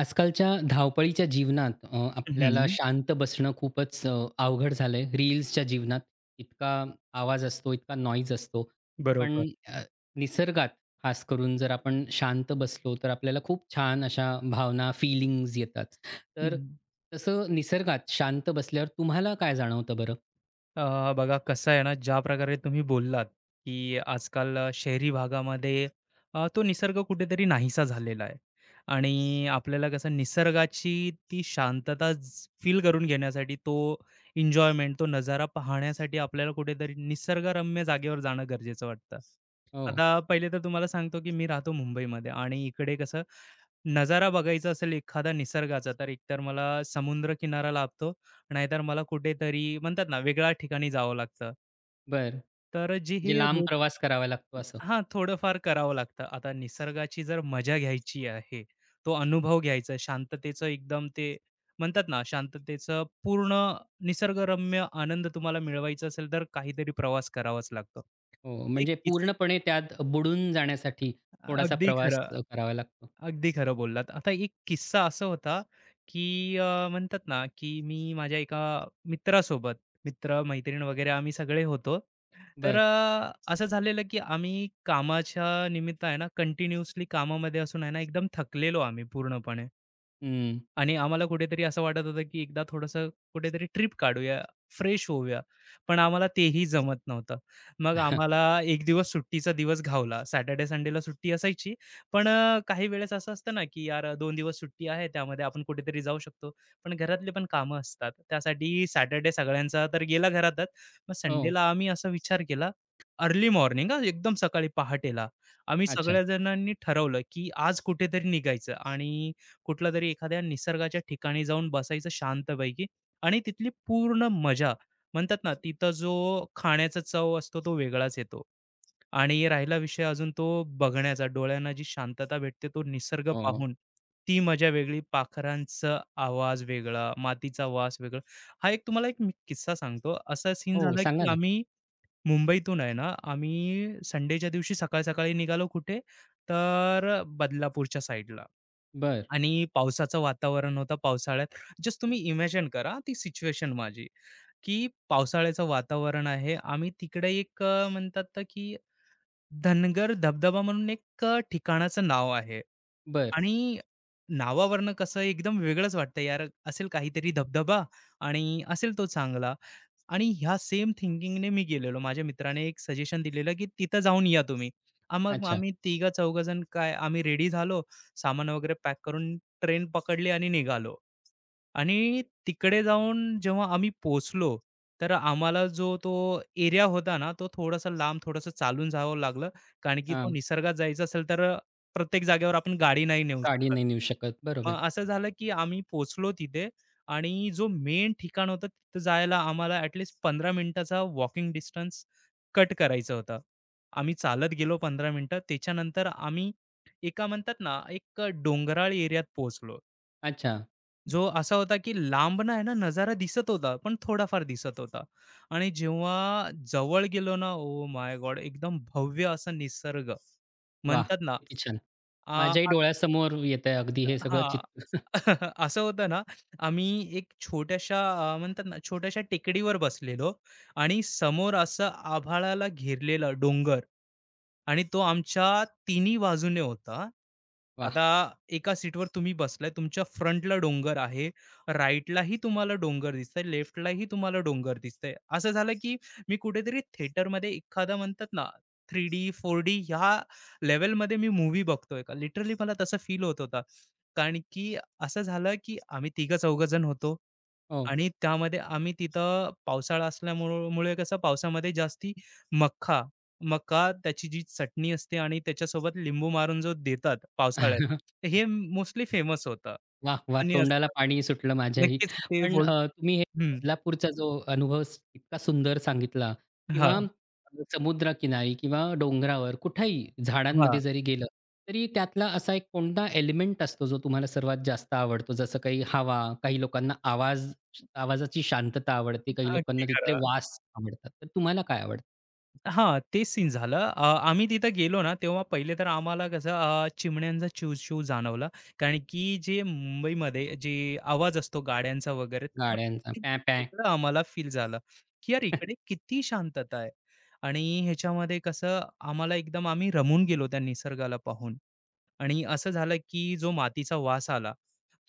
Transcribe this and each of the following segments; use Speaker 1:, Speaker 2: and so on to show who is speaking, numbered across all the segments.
Speaker 1: आजकालच्या धावपळीच्या जीवनात आपल्याला
Speaker 2: हं.
Speaker 1: शांत बसणं खूपच अवघड झालंय. रील्सच्या जीवनात इतका आवाज असतो, इतका नॉईज असतो.
Speaker 2: बरोबर.
Speaker 1: पण निसर्गात खास करून जर आपण शांत बसलो, तर आपल्याला खूप छान अशा भावना, फीलिंग्ज येतात. तर
Speaker 2: हं.
Speaker 1: तसं निसर्गात शांत बसल्यावर तुम्हाला काय जाणवतं बरं?
Speaker 2: बघा कसं आहे ना, ज्या प्रकारे तुम्ही बोललात, की आजकाल शहरी भागामध्ये तो निसर्ग कुठेतरी नाहीसा झालेला आहे आणि आपल्याला कसं निसर्गाची ती शांतता फील करून घेण्यासाठी तो एन्जॉयमेंट, तो नजारा पाहण्यासाठी आपल्याला कुठेतरी निसर्गरम्य जागेवर जाणं गरजेचं वाटतं.
Speaker 1: हो,
Speaker 2: आता पहिले तर तुम्हाला सांगतो, की मी राहतो मुंबईमध्ये आणि इकडे कसं नजारा बघायचा असेल एखादा निसर्गाचा, तर एकतर मला समुद्र किनारा लाभतो, नाहीतर मला कुठेतरी म्हणतात ना, वेगळ्या ठिकाणी जावं लागतं.
Speaker 1: बरं.
Speaker 2: तर जे हे
Speaker 1: म्हणजे लांब
Speaker 2: रोज
Speaker 1: प्रवास करावा लागतो असं?
Speaker 2: हां, थोडंफार करावं लागतं. आता निसर्गाची जर मजा घ्यायची आहे, तो अनुभव घ्यायचा शांततेचं एकदम ते म्हणतात ना, शांततेचं पूर्ण निसर्गरम्य आनंद तुम्हाला मिळवायचा असेल, तर काहीतरी प्रवास करावाच लागतो.
Speaker 1: हो,
Speaker 2: एक
Speaker 1: म्हणजे
Speaker 2: किस
Speaker 1: पूर्णपणे त्यात बुडून जाण्यासाठी थोडासा
Speaker 2: अगदी
Speaker 1: प्रवास
Speaker 2: खरं.
Speaker 1: करावा लागतो.
Speaker 2: अगदी खरं बोललात. आता एक किस्सा असा होता, की म्हणतात ना, की मी माझ्या एका मित्रासोबत, मित्र-मैत्रीण वगैरे आम्ही सगळे होतो. तर
Speaker 1: बरं.
Speaker 2: असं झालेलं, की आम्ही कामाच्या निमित्त आहे ना, कंटिन्यूअसली कामामध्ये असून आहे ना, एकदम थकलेलो आम्ही पूर्णपणे.
Speaker 1: हं.
Speaker 2: आणि आम्हाला कुठेतरी असं वाटत होतं, की एकदा थोडंसं कुठेतरी ट्रिप काढूया, फ्रेश होऊया. पण आम्हाला तेही जमत नव्हतं. मग आम्हाला एक दिवस सुट्टीचा दिवस घावला. सॅटर्डे, संडेला सुट्टी असायची. पण काही वेळेस असं असतं ना, की यार 2 दिवस सुट्टी आहे, त्यामध्ये आपण कुठेतरी जाऊ शकतो. पण घरातले पण कामं असतात. त्यासाठी सॅटर्डे सगळ्यांचा तर गेला घरातच. मग
Speaker 1: हो.
Speaker 2: संडेला आम्ही असा विचार केला, अर्ली मॉर्निंग एकदम सकाळी पहाटेला. आम्ही
Speaker 1: अच्छा.
Speaker 2: सगळ्या जणांनी ठरवलं, की आज कुठेतरी निघायचं आणि कुठल्यातरी एखाद्या निसर्गाच्या ठिकाणी जाऊन बसायचं शांतपैकी आणि तिथली पूर्ण मजा म्हणतात ना, तिथं जो खाण्याचा चव असतो तो वेगळाच येतो. आणि राहिला विषय अजून तो बघण्याचा, डोळ्यांना जी शांतता भेटते तो निसर्ग
Speaker 1: हो.
Speaker 2: पाहून, ती मजा वेगळी, पाखरांचा आवाज वेगळा, मातीचा वास वेगळा. हा एक तुम्हाला एक मी किस्सा सांगतो. असा सीन
Speaker 1: हो,
Speaker 2: झाला,
Speaker 1: सांगा
Speaker 2: की
Speaker 1: ना.
Speaker 2: आम्ही मुंबईतून आहे ना, आम्ही संडेच्या दिवशी सकाळी-सकाळी निघालो कुठे? तर बदलापूरच्या साइडला.
Speaker 1: बर,
Speaker 2: आणि पावसाचं वातावरण होतं पावसाळ्यात. जस्ट तुम्ही इमॅजिन करा ती सिच्युएशन माझी, की पावसाळ्याचं वातावरण आहे. आम्ही तिकडे एक म्हणतात ना, की धनगर धबधबा म्हणून एक ठिकाणाचं नाव आहे.
Speaker 1: बर,
Speaker 2: आणि नावावरनं कसं एकदम वेगळंच वाटतं यार, असेल काहीतरी धबधबा आणि असेल तो चांगला आणि ह्या सेम थिंकिंगने मी गेलेलो. माझ्या मित्राने एक सजेशन दिलेलं, की "तिथं जाऊन या तुम्ही." हां, मग
Speaker 1: अच्छा.
Speaker 2: आम्ही तिघं-चौघं जण काय आम्ही रेडी झालो, सामान वगैरे पॅक करून ट्रेन पकडली आणि निघालो. आणि तिकडे जाऊन जेव्हा आम्ही पोहोचलो, तर आम्हाला जो तो एरिया होता ना, तो थोडासा लांब, थोडंसं चालून जावं लागलं. कारण की तो
Speaker 1: हां.
Speaker 2: निसर्गात जायचा असेल, तर प्रत्येक जागेवर आपण गाडी नाही नेऊ
Speaker 1: गाडी
Speaker 2: शकत.
Speaker 1: नाही नेऊ शकत.
Speaker 2: मग
Speaker 1: बरोबर.
Speaker 2: असं झालं, की आम्ही पोहोचलो तिथे आणि जो मेन ठिकाण होतं, तिथं जायला आम्हाला ॲटलीस्ट 15 मिनिटाचा वॉकिंग डिस्टन्स कट करायचं होतं. आम्ही चालत गेलो 15 मिनिटं. त्याच्यानंतर आम्ही एका म्हणतात ना, एक डोंगराळ एरियात पोहोचलो.
Speaker 1: अच्छा.
Speaker 2: जो असा होता की लांबनं आहे ना नजारा दिसत होता, पण थोडाफार दिसत होता. आणि जेव्हा जवळ गेलो ना, ओ माय गॉड! एकदम भव्य असा निसर्ग
Speaker 1: वाह!
Speaker 2: म्हणतात ना,
Speaker 1: किती छान.
Speaker 2: आ
Speaker 1: माझ्याही डोळ्यासमोर येतंय अगदी हे सगळं
Speaker 2: हां.
Speaker 1: चित्र.
Speaker 2: असं होतं ना, आम्ही एक छोट्याशा म्हणतात ना, छोट्याशा टेकडीवर बसलेलो आणि समोर असं आभाळाला घेरलेला डोंगर आणि तो आमच्या तिन्ही बाजूने होता.
Speaker 1: वाह!
Speaker 2: आता एका सीटवर तुम्ही बसलाय, तुमच्या फ्रंटला डोंगर आहे, राइटलाही तुम्हाला डोंगर दिसतंय, लेफ्टलाही तुम्हाला डोंगर दिसतंय. असं झालं, की मी कुठेतरी थिएटरमध्ये एखादा म्हणतात ना, 3D, 4D ह्या लेव्हलमध्ये मी मूव्ही बघतोय का? लिटरली मला तसं फील होत होता. कारण की असं झालं की आम्ही तिघं-चौघं जण होतो
Speaker 1: हो.
Speaker 2: आणि त्यामध्ये आम्ही तिथं पावसाळा असल्यामुळं मुळे कसं पावसामध्ये जास्ती मक्का मका त्याची जी चटणी असते आणि त्याच्यासोबत लिंबू मारून जो देतात पावसाळ्यात, तर हे मोस्टली फेमस होतं
Speaker 1: वाह! वाह!
Speaker 2: आणि
Speaker 1: तोंडाला
Speaker 2: असतं.
Speaker 1: पाणी सुटलं माझ्याही.
Speaker 2: नक्कीच ते
Speaker 1: पण
Speaker 2: बोल
Speaker 1: तुम्ही हे
Speaker 2: हं.
Speaker 1: बदलापूरचा जो अनुभव इतका सुंदर सांगितला किंवा
Speaker 2: हां,
Speaker 1: समुद्रकिनारी किंवा डोंगरावर कुठेही
Speaker 2: हां.
Speaker 1: झाडांमध्ये जरी गेलं, तरी त्यातला असा एक कोणता एलिमेंट असतो जो तुम्हाला सर्वात जास्त आवडतो? जसं काही हवा, काही लोकांना आवाजाची शांतता आवडते, काही
Speaker 2: अगदी
Speaker 1: लोकांना तिथले
Speaker 2: खरं.
Speaker 1: वास आवडतात. तर तुम्हाला काय आवडतं?
Speaker 2: हां, तेच सीन झालं. आम्ही तिथं गेलो ना, तेव्हा पहिले तर आम्हाला कसं चिमण्यांचा चिवचिव जाणवला. कारण की जे मुंबईमध्ये जे आवाज असतो गाड्यांचा वगैरे, तर
Speaker 1: गाड्यांचा प्या, प्या.
Speaker 2: वेगळं आम्हाला फील झालं, की यार इकडे किती शांतता आहे. आणि ह्याच्यामध्ये कसं आम्हाला एकदम आम्ही रमून गेलो त्या निसर्गाला पाहून. आणि असं झालं की जो मातीचा वास आला,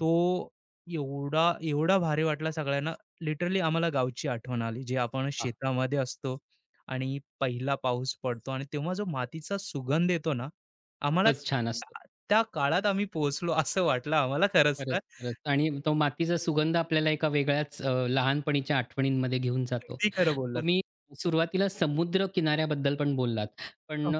Speaker 2: तो एवढा एवढा भारी वाटला सगळ्यांना. लिटरली आम्हाला गावची आठवण आली, जे आपण
Speaker 1: वाह!
Speaker 2: शेतामध्ये असतो आणि पहिला पाऊस पडतो आणि तेव्हा जो मातीचा सुगंध येतो ना, आम्हाला
Speaker 1: खूपच छान असतो.
Speaker 2: त्या त्या काळात आम्ही पोहोचलो असं वाटलं आम्हाला खरंच
Speaker 1: खरंच,
Speaker 2: तर.
Speaker 1: खरंच. आणि तो मातीचा सुगंध आपल्याला एका वेगळ्याच लहानपणीच्या आठवणींमध्ये घेऊन जातो.
Speaker 2: अगदी खरं बोललात.
Speaker 1: तुम्ही सुरुवातीला समुद्र किनाऱ्याबद्दल पण बोललात. पण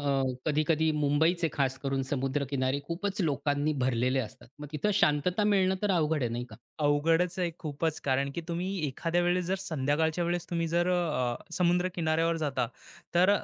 Speaker 1: कधी-कधी मुंबईचे खास करून समुद्रकिनारे खूपच लोकांनी भरलेले असतात. मग तिथं शांतता मिळणं तर अवघड आहे, नाही का?
Speaker 2: अवघडच आहे खूपच. कारण की तुम्ही एखाद्या वेळेस जर संध्याकाळच्या वेळेस तुम्ही जर समुद्र किनाऱ्यावर जाता, तर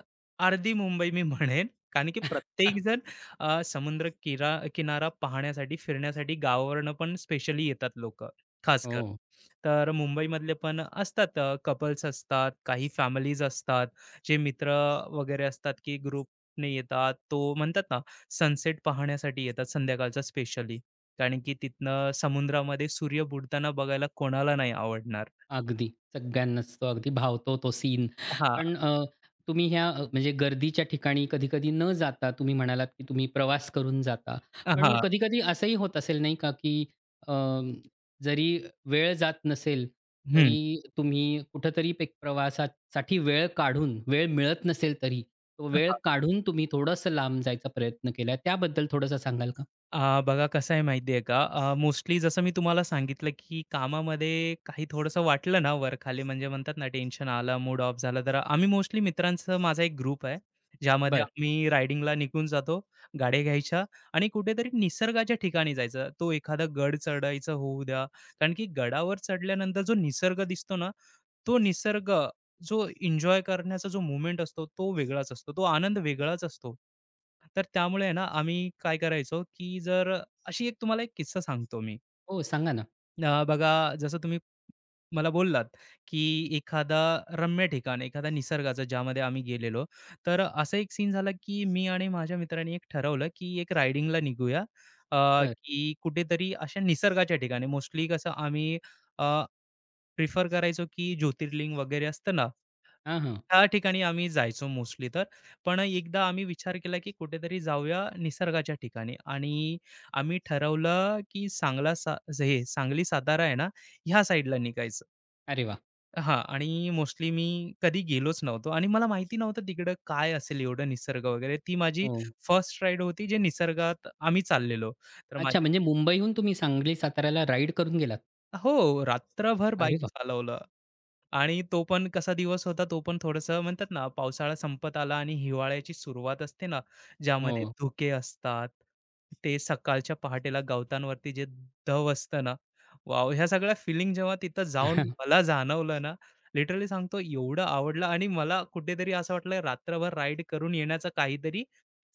Speaker 2: अर्धी मुंबई मी म्हणेन. कारण की प्रत्येकजण समुद्र किरा किनारा पाहण्यासाठी, फिरण्यासाठी गावावरनं पण स्पेशली येतात लोकं, खासकर.
Speaker 1: हो.
Speaker 2: तर मुंबईमधले पण असतात कपल्स असतात, काही फॅमिलीज असतात, जे मित्र वगैरे असतात, की ग्रुपने येतात. तो म्हणतात ना, सनसेट पाहण्यासाठी येतात संध्याकाळचा स्पेशली. कारण की तिथनं समुद्रामध्ये सूर्य बुडताना बघायला कोणाला नाही आवडणार.
Speaker 1: अगदी. सगळ्यांनाच तो अगदी भावतो तो सीन.
Speaker 2: हां,
Speaker 1: पण तुम्ही म्हणजे गर्दीच्या ठिकाणी कधी-कधी न जाता तुम्ही म्हणालात, की तुम्ही प्रवास करून जाता. पण
Speaker 2: हां.
Speaker 1: कधी-कधी असंही होत असेल नाही का, की अ, जरी वेळ जात नसेल,
Speaker 2: हं.
Speaker 1: तरी तुम्ही कुठेतरी एक प्रवासासाठी वेळ काढून, वेळ मिळत नसेल तरी, तो वेळ
Speaker 2: हां.
Speaker 1: काढून तुम्ही थोडंसं लांब जायचा प्रयत्न केला. त्याबद्दल थोडंसं सांगाल का?
Speaker 2: बघा कसं आहे माहिती का, मोस्टली जसं मी तुम्हाला सांगितलं, की कामामध्ये काही थोडंसं वाटलं ना वर-खाली म्हणजे म्हणतात ना टेन्शन आलं, मूड ऑफ झाला, तर आम्ही मोस्टली मित्रांचा माझा एक ग्रुप आहे, ज्यामध्ये
Speaker 1: बरं.
Speaker 2: आम्ही रायडिंगला निघून जातो, गाड्या घ्यायच्या आणि कुठेतरी निसर्गाच्या ठिकाणी जायचं. तो एखादा गड चढायचा होऊ द्या, कारण की गडावर चढल्यानंतर जो निसर्ग दिसतो ना, तो निसर्ग जो एन्जॉय करण्याचा जो मोमेंट असतो तो वेगळाच असतो. तो आनंद वेगळाच असतो. तर त्यामुळे आहे ना आम्ही काय करायचो, की जर अशी एक तुम्हाला एक किस्सा सांगतो मी.
Speaker 1: हो, सांगा ना.
Speaker 2: बघा जसं तुम्ही मला बोललात, की एखादा रम्य ठिकाण, एखादा निसर्गाचं ज्यामध्ये आम्ही गेलेलो. तर असा एक सीन झाला, की मी आणि माझ्या मित्रांनी एक ठरवलं, की एक रायडिंगला निघूया.
Speaker 1: बरं.
Speaker 2: की कुठेतरी अशा निसर्गाच्या ठिकाणी मोस्टली कसं आम्ही प्रिफर करायचो, की ज्योतिर्लिंग वगैरे असतं ना,
Speaker 1: हां, हां.
Speaker 2: त्या ठिकाणी आम्ही जायचो मोस्टली तर. पण एकदा आम्ही विचार केला, की कुठेतरी जाऊया निसर्गाच्या ठिकाणी आणि आम्ही ठरवलं, की हे सांगली सातारा आहे ना, ह्या साईडला निघायचं.
Speaker 1: अरे वाह!
Speaker 2: हां आणि मोस्टली मी कधी गेलोच नव्हतो आणि मला माहिती नव्हतं तिकडं काय असेल एवढं निसर्ग वगैरे. ती माझी
Speaker 1: हो.
Speaker 2: फर्स्ट राईड होती जे निसर्गात आम्ही चाललेलो. तर
Speaker 1: अच्छा,
Speaker 2: माझ्या
Speaker 1: म्हणजे मुंबईहून तुम्ही सांगली, साताऱ्याला राईड करून गेलात?
Speaker 2: हो, रात्रभर बाईक
Speaker 1: अरे वाह!
Speaker 2: चालवलं. आणि तो पण कसा दिवस होता, तो पण थोडंसं म्हणतात ना, पावसाळा संपत आला आणि हिवाळ्याची सुरुवात असते ना, ज्यामध्ये
Speaker 1: हो.
Speaker 2: धुके असतात. ते सकाळच्या पहाटेला गवतांवरती जे दव असतं ना, वाव ह्या सगळ्या फिलिंग जेव्हा तिथं जाऊन मला जाणवलं ना, लिटरली सांगतो एवढं आवडलं आणि मला कुठेतरी असं वाटलं रात्रभर राईड करून येण्याचा काहीतरी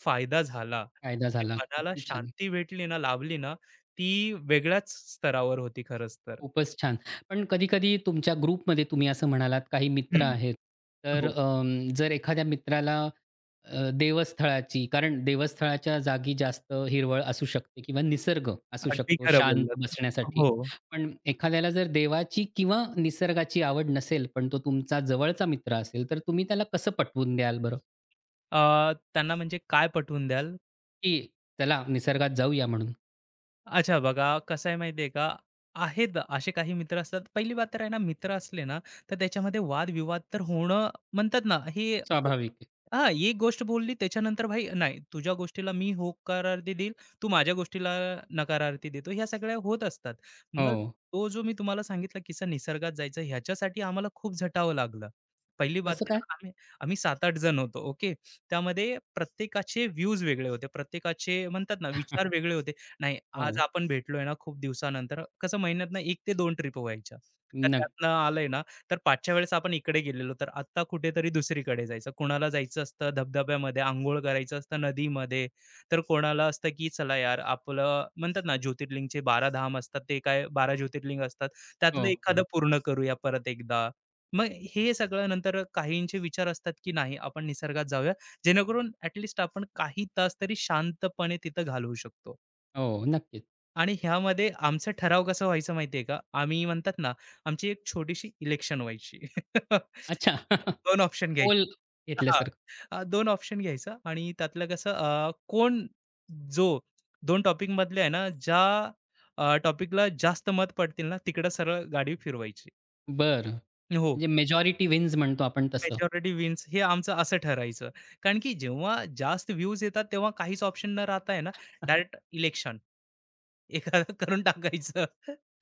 Speaker 2: फायदा झाला.
Speaker 1: फायदा
Speaker 2: ते
Speaker 1: झाला.
Speaker 2: मनाला
Speaker 1: किती छान.
Speaker 2: शांती भेटली ना, लाभली ना, ती वेगळ्याच स्तरावर होती खरंच तर.
Speaker 1: खूपच छान. पण कधी-कधी तुमच्या ग्रुपमध्ये तुम्ही असं म्हणालात काही मित्र
Speaker 2: हं.
Speaker 1: आहेत. तर
Speaker 2: हो.
Speaker 1: जर एखाद्या मित्राला देवस्थळाची कारण देवस्थळाच्या जागी जास्त हिरवळ असू शकते किंवा निसर्ग असू
Speaker 2: अगदी
Speaker 1: शकतो
Speaker 2: खरं
Speaker 1: शांत
Speaker 2: बोललात.
Speaker 1: बसण्यासाठी.
Speaker 2: हो.
Speaker 1: पण एखाद्याला जर देवाची किंवा निसर्गाची आवड नसेल, पण तो तुमचा जवळचा मित्र असेल, तर तुम्ही त्याला कसं पटवून द्याल बरं?
Speaker 2: अ, त्यांना म्हणजे काय पटवून द्याल?
Speaker 1: की चला निसर्गात जाऊया म्हणून?
Speaker 2: अच्छा बघा, कसं आहे माहिती आहे का, आहेत असे काही मित्र असतात. पहिली बात तर आहे ना, मित्र असले ना, तर त्याच्यामध्ये वादविवाद तर होणं म्हणतात ना, हे
Speaker 1: स्वाभाविक आहे.
Speaker 2: हां, एक गोष्ट बोलली त्याच्यानंतर भाई नाही, तुझ्या गोष्टीला मी होकारार्थी देईल, तू माझ्या गोष्टीला नकारार्थी देतो. ह्या सगळ्या होत असतात.
Speaker 1: हो.
Speaker 2: मग तो जो मी तुम्हाला सांगितला किस्सा निसर्गात जायचा ह्याच्यासाठी आम्हाला खूप झटावं लागलं. पहिली बात
Speaker 1: कसं
Speaker 2: तर
Speaker 1: काय?
Speaker 2: आम्ही आम्ही 7,8 जण होतो. ओके. त्यामध्ये प्रत्येकाचे व्ह्यूज वेगळे होते. प्रत्येकाचे म्हणतात ना, विचार वेगळे होते. नाही आज
Speaker 1: हो.
Speaker 2: आपण भेटलोय ना खूप दिवसानंतर, कसं महिन्यातनं एक ते दोन ट्रिप व्हायच्या. तर
Speaker 1: नक्क
Speaker 2: त्यातनं आलंय ना, तर पाचच्या वेळेस आपण इकडे गेलेलो, तर आत्ता कुठेतरी दुसरीकडे जायचं. कोणाला जायचं असतं धबधब्यामध्ये, अंघोळ करायचं असतं नदीमध्ये, तर कोणाला असतं की चला यार आपलं म्हणतात ना ज्योतिर्लिंगचे 12 धाम असतात, ते काय 12 ज्योतिर्लिंग असतात, त्यातलं
Speaker 1: हो,
Speaker 2: एखादं
Speaker 1: हो.
Speaker 2: पूर्ण करूया परत एकदा. मग हे सगळं नंतर काहींचे विचार असतात की नाही आपण निसर्गात जाऊया, जेणेकरून ॲट आपण काही तास तरी शांतपणे तिथं घालवू शकतो.
Speaker 1: हो, नक्कीच.
Speaker 2: आणि ह्यामध्ये आमचा ठराव कसा व्हायचा माहितीये का? आम्ही म्हणतात ना, आमची एक छोटीशी इलेक्शन व्हायची.
Speaker 1: अच्छा.
Speaker 2: दोन ऑप्शन घ्यायचे.
Speaker 1: पोल
Speaker 2: हां,
Speaker 1: घेतल्यासारखं.
Speaker 2: 2 ऑप्शन घ्यायचा आणि त्यातलं कसं कोण जो 2 टॉपिकमधले आहे ना, ज्या टॉपिकला जास्त मत पडतील ना, तिकडं सरळ गाडी फिरवायची.
Speaker 1: बरं.
Speaker 2: हो,
Speaker 1: म्हणजे मेजॉरिटी विन्स म्हणतो आपण तसं.
Speaker 2: मेजॉरिटी विन्स हे आमचं असं ठरायचं. कारण की जेव्हा जास्त व्ह्यूज येतात, तेव्हा काहीच ऑप्शन न राहता आहे ना, डायरेक्ट इलेक्शन एखादं करून टाकायचं.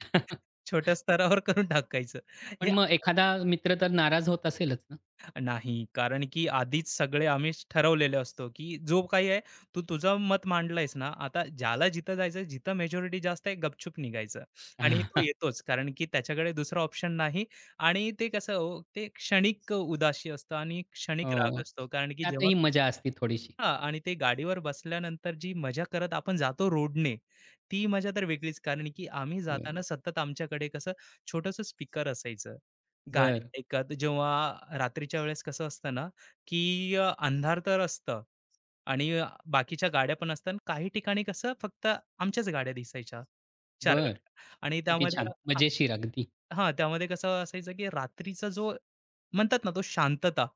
Speaker 2: छोट्या स्तरावर करून टाकायचं. हे
Speaker 1: पण मग एखादा मित्र तर नाराज होत असेलच ना?
Speaker 2: नाही, कारण की आधीच सगळे आम्हीच ठरवलेले असतो, की जो काही आहे तू तुझं मत मांडलंयस ना, आता ज्याला जिथं जायचं, जिथं मेजॉरिटी जास्त आहे गपचूप निघायचं आणि तो येतोच. कारण की त्याच्याकडे दुसरा ऑप्शन नाही आणि ते कसं हो, ते क्षणिक उदासी असतं आणि क्षणिक राग
Speaker 1: हो.
Speaker 2: असतो. कारण की जेव्हा
Speaker 1: त्यातही मजा असते थोडीशी.
Speaker 2: हां आणि ते गाडीवर बसल्यानंतर जी मजा करत आपण जातो रोडने, ती मजा तर वेगळीच. कारण की आम्ही
Speaker 1: हो.
Speaker 2: जाताना सतत आमच्याकडे कसं छोटंसं स्पीकर असायचं. गाणी
Speaker 1: बरं,
Speaker 2: ऐकत जेव्हा रात्रीच्या वेळेस कसं असतं ना, की अंधार तर असतं आणि बाकीच्या गाड्या पण असतात. काही ठिकाणी कसं फक्त आमच्याच गाड्या दिसायच्या, 4
Speaker 1: बरं.
Speaker 2: गाड्या आणि
Speaker 1: किती
Speaker 2: त्यामध्ये
Speaker 1: छान.
Speaker 2: हां,
Speaker 1: मजेशीर अगदी.
Speaker 2: हां, त्यामध्ये कसं असायचं, की रात्रीचा जो म्हणतात ना, तो शांतता,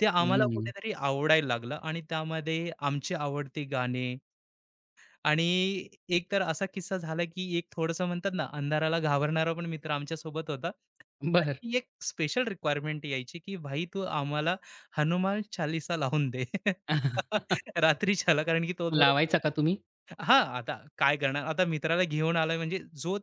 Speaker 2: ते आम्हाला
Speaker 1: हं.
Speaker 2: कुठेतरी आवडायला लागलं आणि त्यामध्ये आमची आवडती गाणी आणि एक तर असा किस्सा झाला, की एक थोडंसं म्हणतात ना, अंधाराला घाबरणारा पण मित्र आमच्या सोबत होता.
Speaker 1: बरं.
Speaker 2: त्याची एक स्पेशल रिक्वायरमेंट यायची, की "भाई तू आम्हाला हनुमान चालीसा लावून दे." रात्रीच्याला कारण की तो थोडा
Speaker 1: लावायचा का तुम्ही?
Speaker 2: हां, आता काय करणार? आता मित्राला घेऊन आलाय म्हणजे जो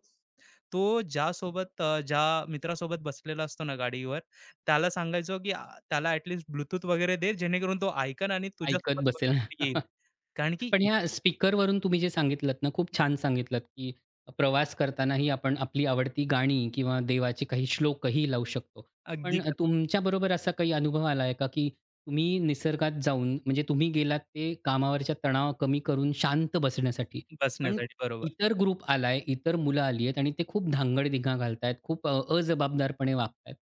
Speaker 2: तो ज्यासोबत ज्या मित्रासोबत बसलेला असतो ना गाडीवर, त्याला सांगायचो, की त्याला ॲटलीस्ट ब्लूटूथ वगैरे दे, जेणेकरून तो ऐकेन आणि
Speaker 1: ऐकत
Speaker 2: तुझ्यासोबत
Speaker 1: बसेल.
Speaker 2: बसून येईल. कारण की
Speaker 1: पण ह्या स्पीकरवरून तुम्ही जे सांगितलत ना, खूप छान सांगितलत, की प्रवास करतानाही आपण आपली आवडती गाणी किंवा देवाचे काही श्लोकही लावू शकतो.
Speaker 2: अगदी
Speaker 1: पण
Speaker 2: खरं.
Speaker 1: तुमच्याबरोबर असा काही अनुभव आला आहे का, की तुम्ही निसर्गात जाऊन म्हणजे तुम्ही गेलात ते कामावरच्या तणाव कमी करून शांत बसण्यासाठी. पण
Speaker 2: बसण्यासाठी बरोबर.
Speaker 1: इतर ग्रुप आलाय, इतर मुलं आली आहेत आणि ते खूप धांगड घालतायत, खूप अजबाबदारपणे वागतायत.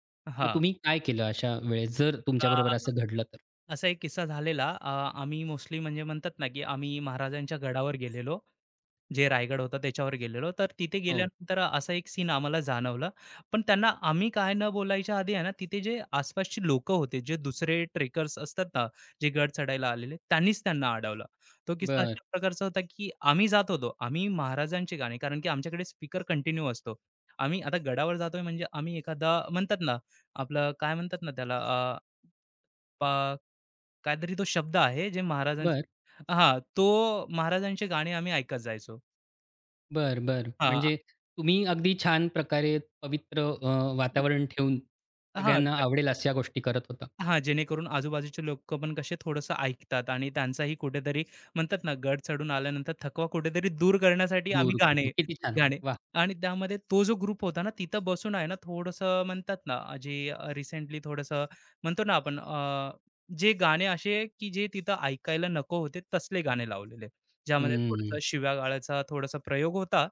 Speaker 1: मग
Speaker 2: हां.
Speaker 1: तुम्ही काय केलं अशा वेळेस जर तुमच्याबरोबर
Speaker 2: तर
Speaker 1: असं घडलं तर?
Speaker 2: असा एक किस्सा झालेला. आम्ही मोस्टली म्हणजे म्हणतात ना, की आम्ही महाराजांच्या गडावर गेलेलो जे रायगड होता त्याच्यावर गेलेलो. तर तिथे
Speaker 1: हो.
Speaker 2: गेल्यानंतर असा एक सीन आम्हाला जाणवला. पण त्यांना आम्ही काय न बोलायच्या आधी आहे ना, तिथे जे आसपासची लोकं होते, जे दुसरे ट्रेकर्स असतात ना, जे गड चढायला आलेले, त्यांनीच त्यांना अडवलं. तो किस्सा
Speaker 1: बरं,
Speaker 2: अशा प्रकारचा होता, की आम्ही जात होतो. आम्ही महाराजांचे गाणे कारण की आमच्याकडे स्पीकर कंटिन्यू असतो. आम्ही आता गडावर जातोय म्हणजे आम्ही एखादा म्हणतात ना, आपलं काय म्हणतात ना त्याला अ, प काहीतरी तो शब्द आहे जे
Speaker 1: बरं.
Speaker 2: महाराजांचा हां, तो महाराजांचे गाणे आम्ही ऐकत जायचो.
Speaker 1: बरं, बरं.
Speaker 2: हां.
Speaker 1: म्हणजे तुम्ही अगदी छान प्रकारे पवित्र वातावरण ठेवून
Speaker 2: हां,
Speaker 1: सगळ्यांना आवडेल अशा गोष्टी करत होता.
Speaker 2: हां, जेणेकरून आजूबाजूचे लोकं पण कसे थोडंसं ऐकतात आणि त्यांचाही कुठेतरी म्हणतात ना, गड चढून आल्यानंतर थकवा कुठेतरी दूर करण्यासाठी आम्ही
Speaker 1: दूर करतो.
Speaker 2: गाणे
Speaker 1: किती छान.
Speaker 2: गाणे
Speaker 1: वाह!
Speaker 2: आणि त्यामध्ये तो जो ग्रुप होता ना, तिथं बसून आहे ना, थोडंसं म्हणतात ना, जे जे रिसेंटली थोडंसं म्हणतो ना आपण जे गाणे असे की जे तिथं ऐकायला नको होते तसले गाणे लावलेले. ज्यामध्ये थोडंसं
Speaker 1: हं.
Speaker 2: शिव्या गाळ्याचा थोडासा प्रयोग होता.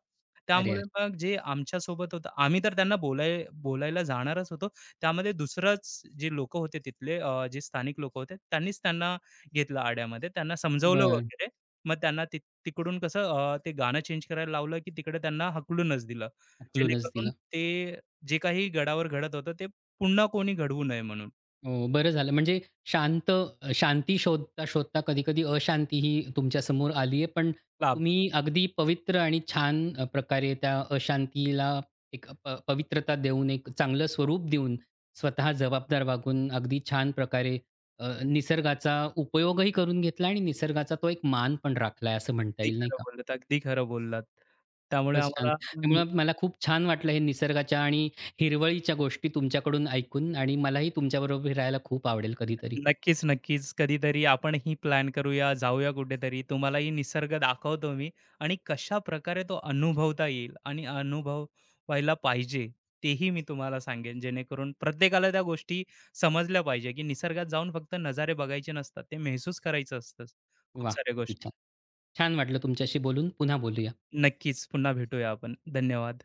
Speaker 1: अरे,
Speaker 2: त्यामुळे
Speaker 1: अरे.
Speaker 2: मग जे आमच्यासोबत होतं, आम्ही तर त्यांना बोलायला जाणारच होतो. त्यामध्ये दुसरंच जे लोकं होते तिथले जे स्थानिक लोकं होते, त्यांनीच त्यांना घेतलं आड्यामध्ये. त्यांना समजावलं
Speaker 1: बरं.
Speaker 2: वगैरे. मग त्यांना तिकडून कसं ते गाणं चेंज करायला लावलं, की तिकडे त्यांना हाकलूनच दिलं.
Speaker 1: उकलूनच
Speaker 2: जेणेकरून
Speaker 1: दिलं.
Speaker 2: ते जे काही गडावर घडत होतं, ते पुन्हा कोणी घडवू नये म्हणून.
Speaker 1: हो, बरं झालं. म्हणजे शांत शांती शोधता, शोधता कधी-कधी अशांती ही तुमच्या समोर आली आहे. पण
Speaker 2: लाभ.
Speaker 1: तुम्ही अगदी पवित्र आणि छान प्रकारे त्या अशांतीला एक पवित्रता देऊन, एक चांगलं स्वरूप देऊन, स्वतः जबाबदार वागून अगदी छान प्रकारे निसर्गाचा उपयोगही करून घेतला आणि निसर्गाचा तो एक मान पण राखला असं म्हणता
Speaker 2: अगदी
Speaker 1: येईल, नाही
Speaker 2: खरं
Speaker 1: का?
Speaker 2: बोललात, अगदी खरं बोललात. त्यामुळे
Speaker 1: खूपच छान.
Speaker 2: आम्हाला
Speaker 1: त्यामुळे मला खूप छान वाटलं हे निसर्गाच्या आणि हिरवळीच्या गोष्टी तुमच्याकडून ऐकून आणि मलाही तुमच्याबरोबर फिरायला खूप आवडेल कधीतरी.
Speaker 2: नक्कीच, नक्कीच. कधीतरी आपणही प्लॅन करूया, जाऊया कुठेतरी. तुम्हालाही निसर्ग दाखवतो मी आणि कशाप्रकारे तो अनुभवता येईल आणि अनुभव व्हायला पाहिजे, तेही मी तुम्हाला सांगेन. जेणेकरून प्रत्येकाला त्या गोष्टी समजल्या पाहिजे, की निसर्गात जाऊन फक्त नजारे बघायचे नसतात, ते महसूस करायचं असतं खूप
Speaker 1: वाह!
Speaker 2: साऱ्या
Speaker 1: किती
Speaker 2: गोष्टी.
Speaker 1: छान. छान वाटलं तुमच्याशी बोलून. पुन्हा बोलूया.
Speaker 2: नक्कीच, पुन्हा भेटूया आपण. धन्यवाद.